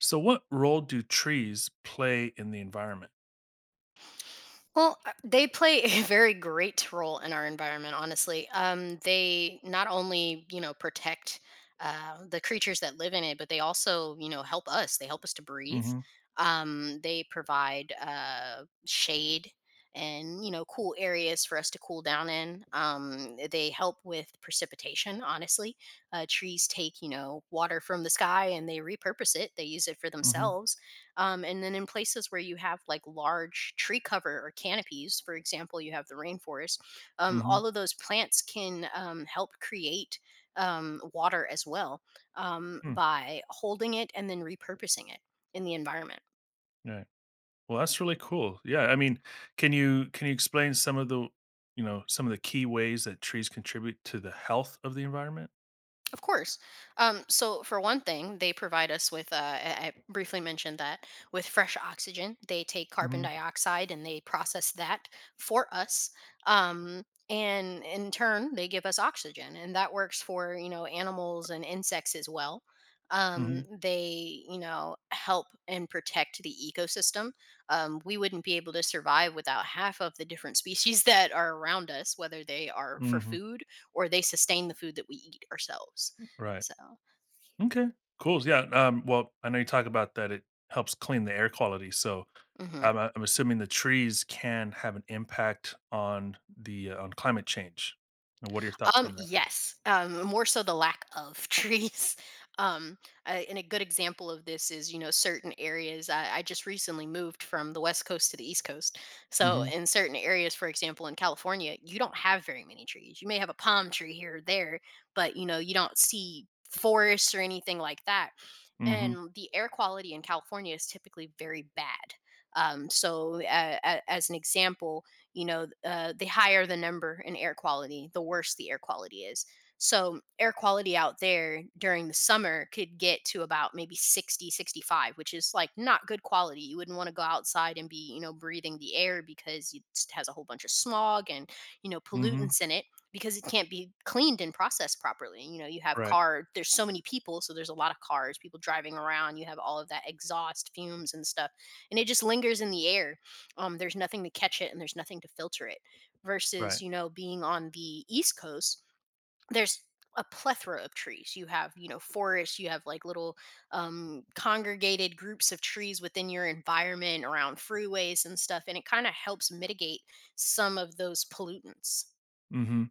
So, what role do trees play in the environment? Well, they play a very great role in our environment, honestly. They not only, you know, protect the creatures that live in it, but they also, you know, help us. They help us to breathe. Mm. They provide shade and, you know, cool areas for us to cool down in. They help with precipitation, honestly. Trees take, you know, water from the sky and they repurpose it, they use it for Mhm. themselves, and then in places where you have like large tree cover or canopies, for example, you have the rainforest. Mm mhm. Mhm. All of those plants can, help create, water as well, Hmm. by holding it and then repurposing it in the environment. Right. Well, that's really cool. Yeah, I mean, can you explain some of the key ways that trees contribute to the health of the environment? Of course. So, for one thing, they provide us with, I briefly mentioned that, with fresh oxygen. They take carbon Mm. dioxide and they process that for us. Um, and in turn, they give us oxygen. And that works for, you know, animals and insects as well. Mhm. They, you know, help and protect the ecosystem. We wouldn't be able to survive without half of the different species that are around us, whether they are Mm mhm. Mm for mhm. food or they sustain the food that we eat ourselves. Right. So, Okay. Cool, yeah, well, I know you talk about that it helps clean the air quality, so, mhm. I'm assuming the trees can have an impact on on climate change. And what are your thoughts on that? Yes, more so the lack of trees. Um, and a good example of this is, you know, certain areas. I just recently moved from the West Coast to the East Coast. So, Mm. in certain areas, for example, in California, you don't have very many trees. You may have a palm tree here or there, but, you know, you don't see forests or anything like that. Mhm. Mm mhm. And the air quality in California is typically very bad. As an example, you know, the higher the number in air quality, the worse the air quality is. So, air quality out there during the summer could get to about maybe 60, 65, which is like not good quality. You wouldn't want to go outside and be, you know, breathing the air because it has a whole bunch of smog and, you know, Mm mhm. pollutants in it because it can't be cleaned and processed properly. You know, you have Right, car, there's so many people, so there's a lot of cars, people driving around, you have all of that exhaust fumes and stuff, and it just lingers in the air. There's nothing to catch it and there's nothing to filter it, right. versus, you know, being on the East Coast, there's a plethora of trees. You have, you know, forests. You have like little, congregated groups of trees within your environment around freeways and stuff, and it kind of helps mitigate some of those pollutants. Mhm.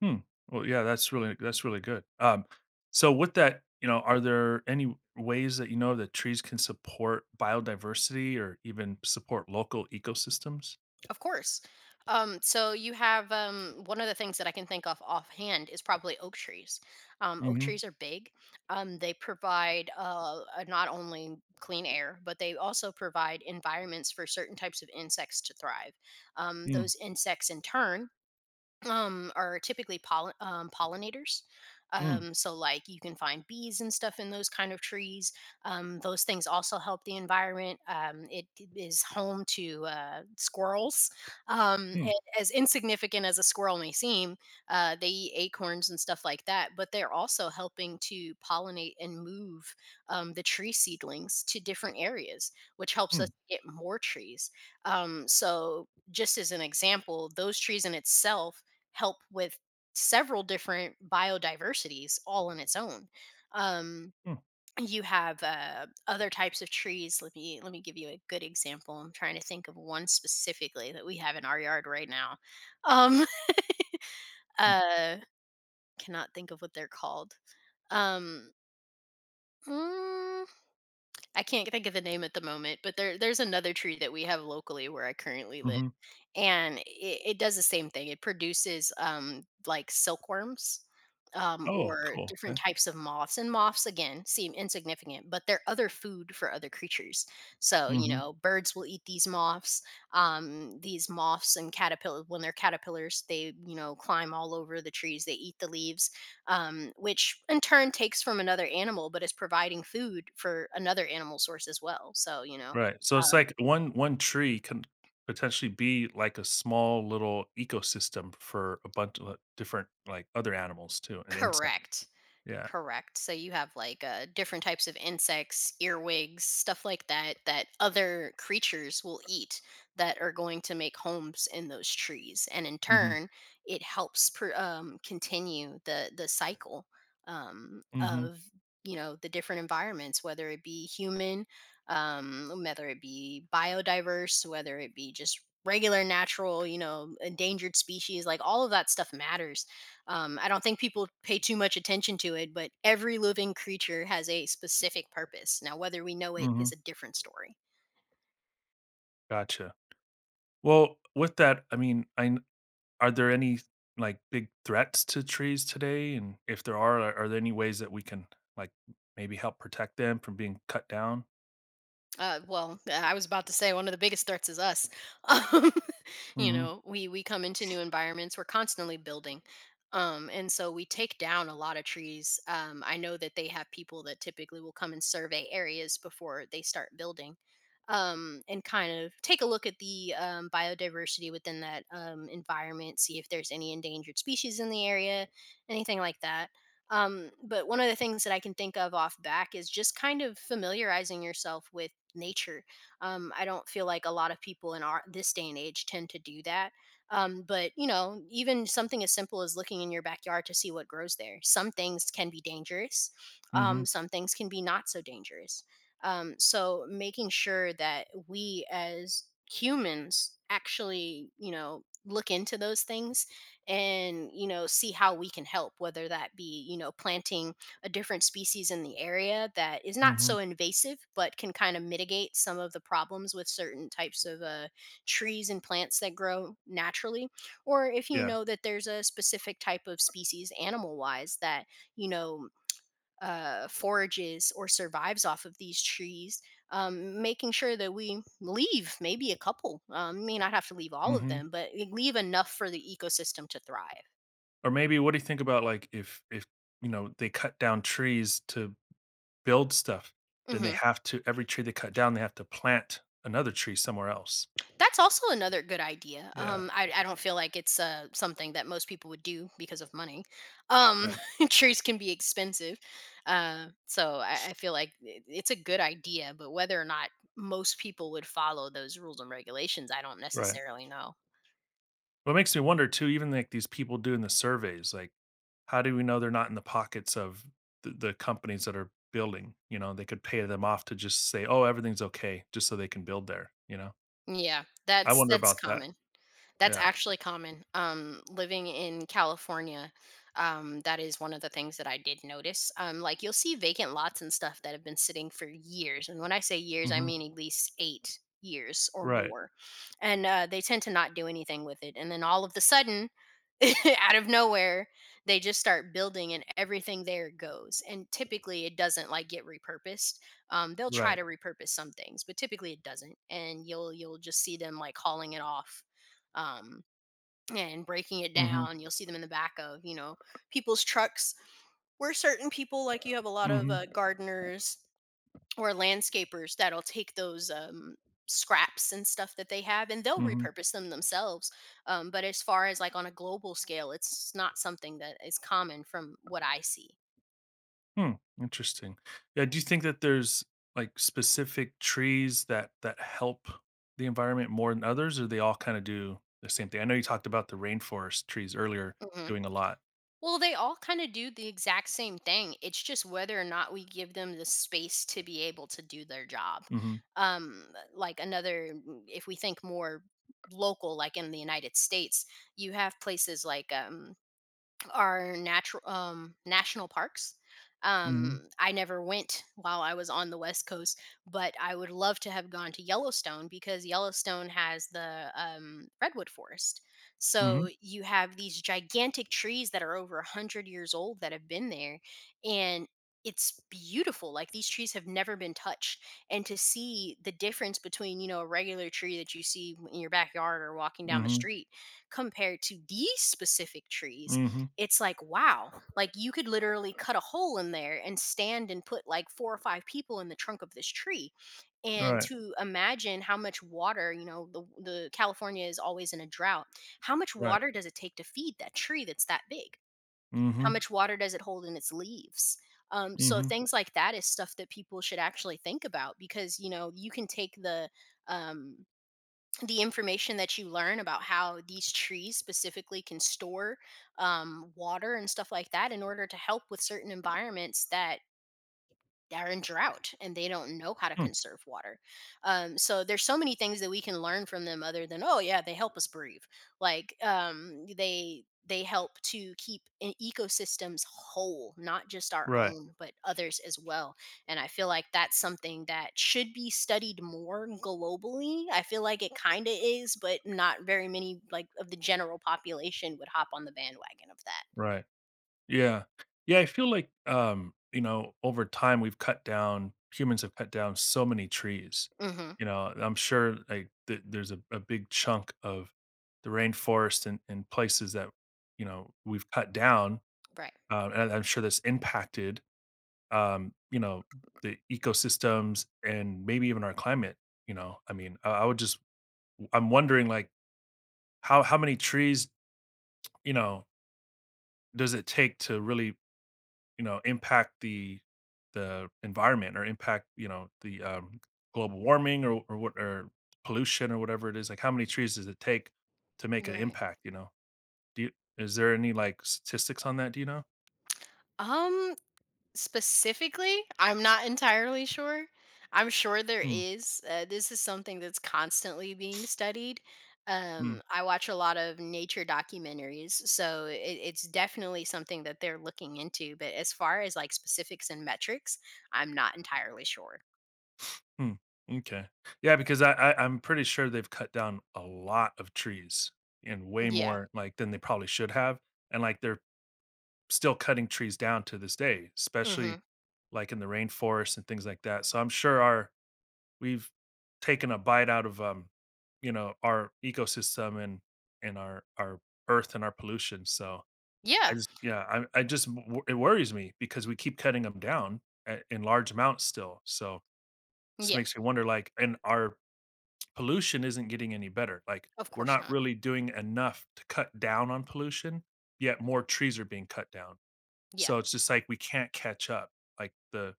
Hmm. Well, yeah, that's really good. So with that, are there any ways that you know that trees can support biodiversity or even support local ecosystems? Of course. So you have, one of the things that I can think of offhand is probably oak trees. Oak Mhm. trees are big. They provide, not only clean air, but they also provide environments for certain types of insects to thrive. Mm, Those insects, in turn, are typically pollen, pollinators. mm, So like you can find bees and stuff in those kind of trees. Those things also help the environment. It is home to squirrels. Um, mm, and as insignificant as a squirrel may seem, they eat acorns and stuff like that. But they're also helping to pollinate and move, the tree seedlings to different areas, which helps us mm, get more trees. So just as an example, those trees in itself help with several different biodiversities all on its own. Um, mm, you have other types of trees. Let me give you a good example. I'm trying to think of one specifically that we have in our yard right now. Um, mm, uh, Cannot think of what they're called. Um, mm, I can't think of the name at the moment, but there's another tree that we have locally where I currently live mhm. and it does the same thing. It produces, like silkworms, Oh, or cool, different okay. types of moths. And moths, again, seem insignificant, but they're other food for other creatures. So, you Mhm. know, birds will eat these moths. These moths and caterpillars, when they're caterpillars, they, you know, climb all over the trees, they eat the leaves, which in turn takes from another animal, but is providing food for another animal source as well. So, Right. So it's um, like one tree can potentially be like a small little ecosystem for a bunch of different like other animals too and insects. correct. Yeah. Correct. So you have like different types of insects, earwigs, stuff like that, that other creatures will eat, that are going to make homes in those trees, and in Mhm. turn, it helps continue the cycle, um, Mhm. of you know the different environments, whether it be human, whether it be biodiverse, whether it be just regular natural, you know, endangered species, like all of that stuff matters. I don't think people pay too much attention to it, but every living creature has a specific purpose. Now, whether we know it Mhm. is a different story. Gotcha. Well, with that, I mean, are there any like big threats to trees today? And if there are there any ways that we can like maybe help protect them from being cut down? I was about to say one of the biggest threats is us. Um, you Hmm. know, we come into new environments. We're constantly building, and so we take down a lot of trees. I know that they have people that typically will come and survey areas before they start building, and kind of take a look at the, biodiversity within that, environment, see if there's any endangered species in the area, anything like that. But one of the things that I can think of off back is just kind of familiarizing yourself with nature. I don't feel like a lot of people in our this day and age tend to do that. But you know, even something as simple as looking in your backyard to see what grows there. Some things can be dangerous. Hmm. Some things can be not so dangerous. So making sure that we as humans actually, you know, look into those things, and you know see how we can help, whether that be, you know, planting a different species in the area that is not Hmm. so invasive but can kind of mitigate some of the problems with certain types of trees and plants that grow naturally, or if you Yeah. know that there's a specific type of species animal wise that you know forages or survives off of these trees, making sure that we leave maybe a couple, may not have to leave all of Hmm. them but leave enough for the ecosystem to thrive. Or maybe what do you think about like if they cut down trees to build stuff, then they Hmm. have to every tree they cut down, they have to plant another tree somewhere else. That's also another good idea. Yeah. I don't feel like it's something that most people would do because of money. Um, Right. Trees can be expensive. So I feel like it's a good idea, but whether or not most people would follow those rules and regulations, I don't Right. necessarily know. What makes me wonder too, even like these people doing the surveys, like how do we know they're not in the pockets of the companies that are building, you know? They could pay them off to just say, "Oh, everything's okay," just so they can build there, you know? Yeah, I that's wonder that's about that. common. That's Yeah. actually common. Living in California, that is one of the things that I did notice. Like you'll see vacant lots and stuff that have been sitting for years, and when I say years, I Mhm. mean at least 8 years or Right. more, and they tend to not do anything with it. And then all of the sudden, out of nowhere, they just start building, and everything there goes. And typically, it doesn't like get repurposed. They'll try Right. to repurpose some things, but typically it doesn't, and you'll just see them like hauling it off, um, and breaking it Mhm. down. You'll see them in the back of, you know, people's trucks, where certain people like you have a lot of Mhm. gardeners or landscapers that'll take those, scraps and stuff that they have and they'll Mhm. repurpose them themselves. But as far as like on a global scale, it's not something that is common from what I see. Hmm, interesting. Yeah, do you think that there's, like, specific trees that help the environment more than others, or they all kinda do the same thing? I know you talked about the rainforest trees earlier Mhm. doing a lot. Well, they all kind of do the exact same thing. It's just whether or not we give them the space to be able to do their job. Mhm. Um, if we think more local, like in the United States, you have places like, are natural national parks. Mhm. I never went while I was on the West Coast, but I would love to have gone to Yellowstone because Yellowstone has the redwood forest. Mhm. So you have these gigantic trees that are over 100 years old that have been there, and it's beautiful. Like these trees have never been touched, and to see the difference between, you know, a regular tree that you see in your backyard or walking down the Mhm. street compared to these specific trees, Mhm. it's like, wow. Like you could literally cut a hole in there and stand and put like four or five people in the trunk of this tree. And Right. to imagine how much water, you know, the California is always in a drought. How much Right. water does it take to feed that tree that's that big? How Mhm, much water does it hold in its leaves? So mhm. things like that is stuff that people should actually think about, because you know you can take um, the information that you learn about how these trees specifically can store water and stuff like that in order to help with certain environments that are in drought and they don't know how to Hmm, conserve water. So there's so many things that we can learn from them other than, oh yeah, they help us breathe. Like they help to keep ecosystems whole, not just our right, own but others as well. And I feel like that's something that should be studied more globally. I feel like it kind of is, but not very many, like, of the general population would hop on the bandwagon of that. right. Yeah. Yeah, I feel like, over time, we've cut down humans have cut down so many trees, Hmm. I'm sure, like, th there's a big chunk of the rainforest and places that, we've cut down, Right. And I'm sure that's impacted, um, you know, the ecosystems and maybe even our climate, you know? I mean, I would just I'm wondering, like, how many trees, you know does it take to really, impact the environment or impact, the, global warming or what or pollution or whatever it is? Like, how many trees does it take to make an Right. impact, you know? Do you is there any, like, statistics on that, do you know? Um, Specifically? I'm not entirely sure. I'm sure there Mm. is. This is something that's constantly being studied. Mm. I watch a lot of nature documentaries, so it's definitely something that they're looking into. But as far as like specifics and metrics, I'm not entirely sure. Mm. M'kay. Yeah, because I'm pretty sure they've cut down a lot of trees and way Yeah. more, like, than they probably should have, and, like, they're still cutting trees down to this day, Hmm. especially like in the rainforest and things like that. So I'm sure our we've taken a bite out of our ecosystem and our earth and our pollution. So I Yeah. just yeah, it worries me because we keep cutting them down in large amounts still. So just Yeah. makes me wonder like and our pollution isn't getting any better. Like Of we're course not not. really doing enough to cut down on pollution, yet more trees are being cut down. Yeah. So it's just like we can't catch up. Like the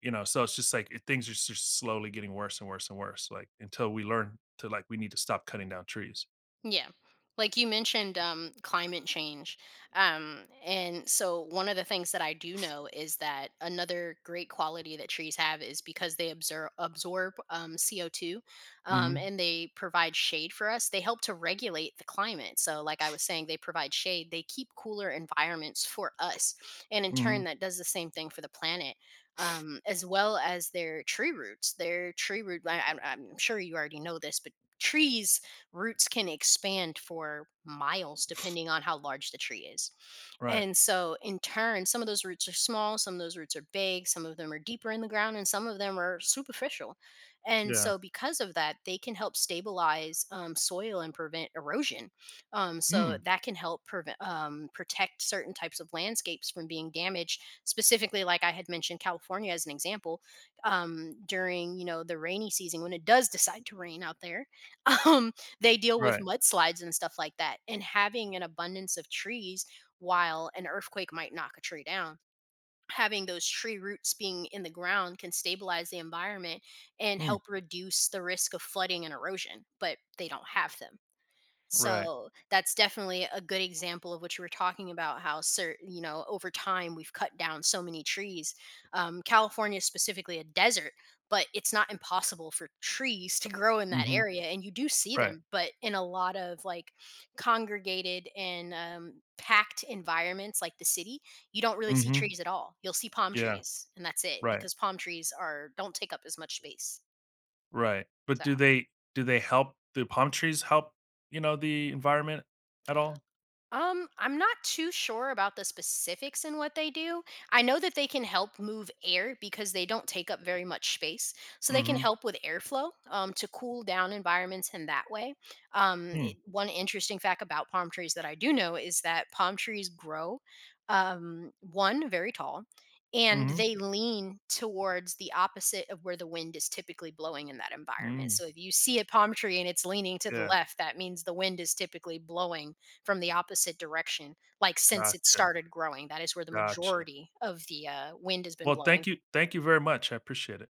you know, so it's just like things are just slowly getting worse and worse and worse. Like until we learn to like we need to stop cutting down trees. Yeah. Like you mentioned climate change. And so, one of the things that I do know is that another great quality that trees have is because they absorb CO2, Mhm. and they provide shade for us, they help to regulate the climate. So, like I was saying, they provide shade, they keep cooler environments for us. And in Mhm. turn, that does the same thing for the planet. As well as their tree roots. Their tree root, I'm sure you already know this, but trees roots can expand for miles depending on how large the tree is. Right. And so, in turn, some of those roots are small, some of those roots are big, some of them are deeper in the ground, and some of them are superficial. And Yeah. so, because of that, they can help stabilize soil and prevent erosion. So Mm. that can help prevent, protect certain types of landscapes from being damaged. Specifically, like I had mentioned, California as an example, during, you know, the rainy season when it does decide to rain out there, Um, they deal with Right. mudslides and stuff like that, and having an abundance of trees, while an earthquake might knock a tree down, having those tree roots being in the ground can stabilize the environment and Mm. help reduce the risk of flooding and erosion, but they don't have them. Right. So that's definitely a good example of what you were talking about. How, cer you know, over time we've cut down so many trees. California is specifically a desert, but it's not impossible for trees to grow in that Mhm. area, and you do see Right. them, but in a lot of, like, congregated and packed environments, like the city, you don't really see Mhm. trees at all. You'll see palm Yeah. trees, and that's it, Right. because palm trees are don't take up as much space. Right. But So. Do palm trees help, the environment at all? I'm not too sure about the specifics in what they do. I know that they can help move air because they don't take up very much space. So they can Mhm. help with airflow to cool down environments in that way. Mm. One interesting fact about palm trees that I do know is that palm trees grow, one, very tall, and Mhm. they lean towards the opposite of where the wind is typically blowing in that environment. Mm. So if you see a palm tree and it's leaning to the Yeah. left, that means the wind is typically blowing from the opposite direction, like, since it Gotcha. started growing. That is where the Gotcha. majority of the wind has been Well, thank blowing. you. Thank you very much. I appreciate it.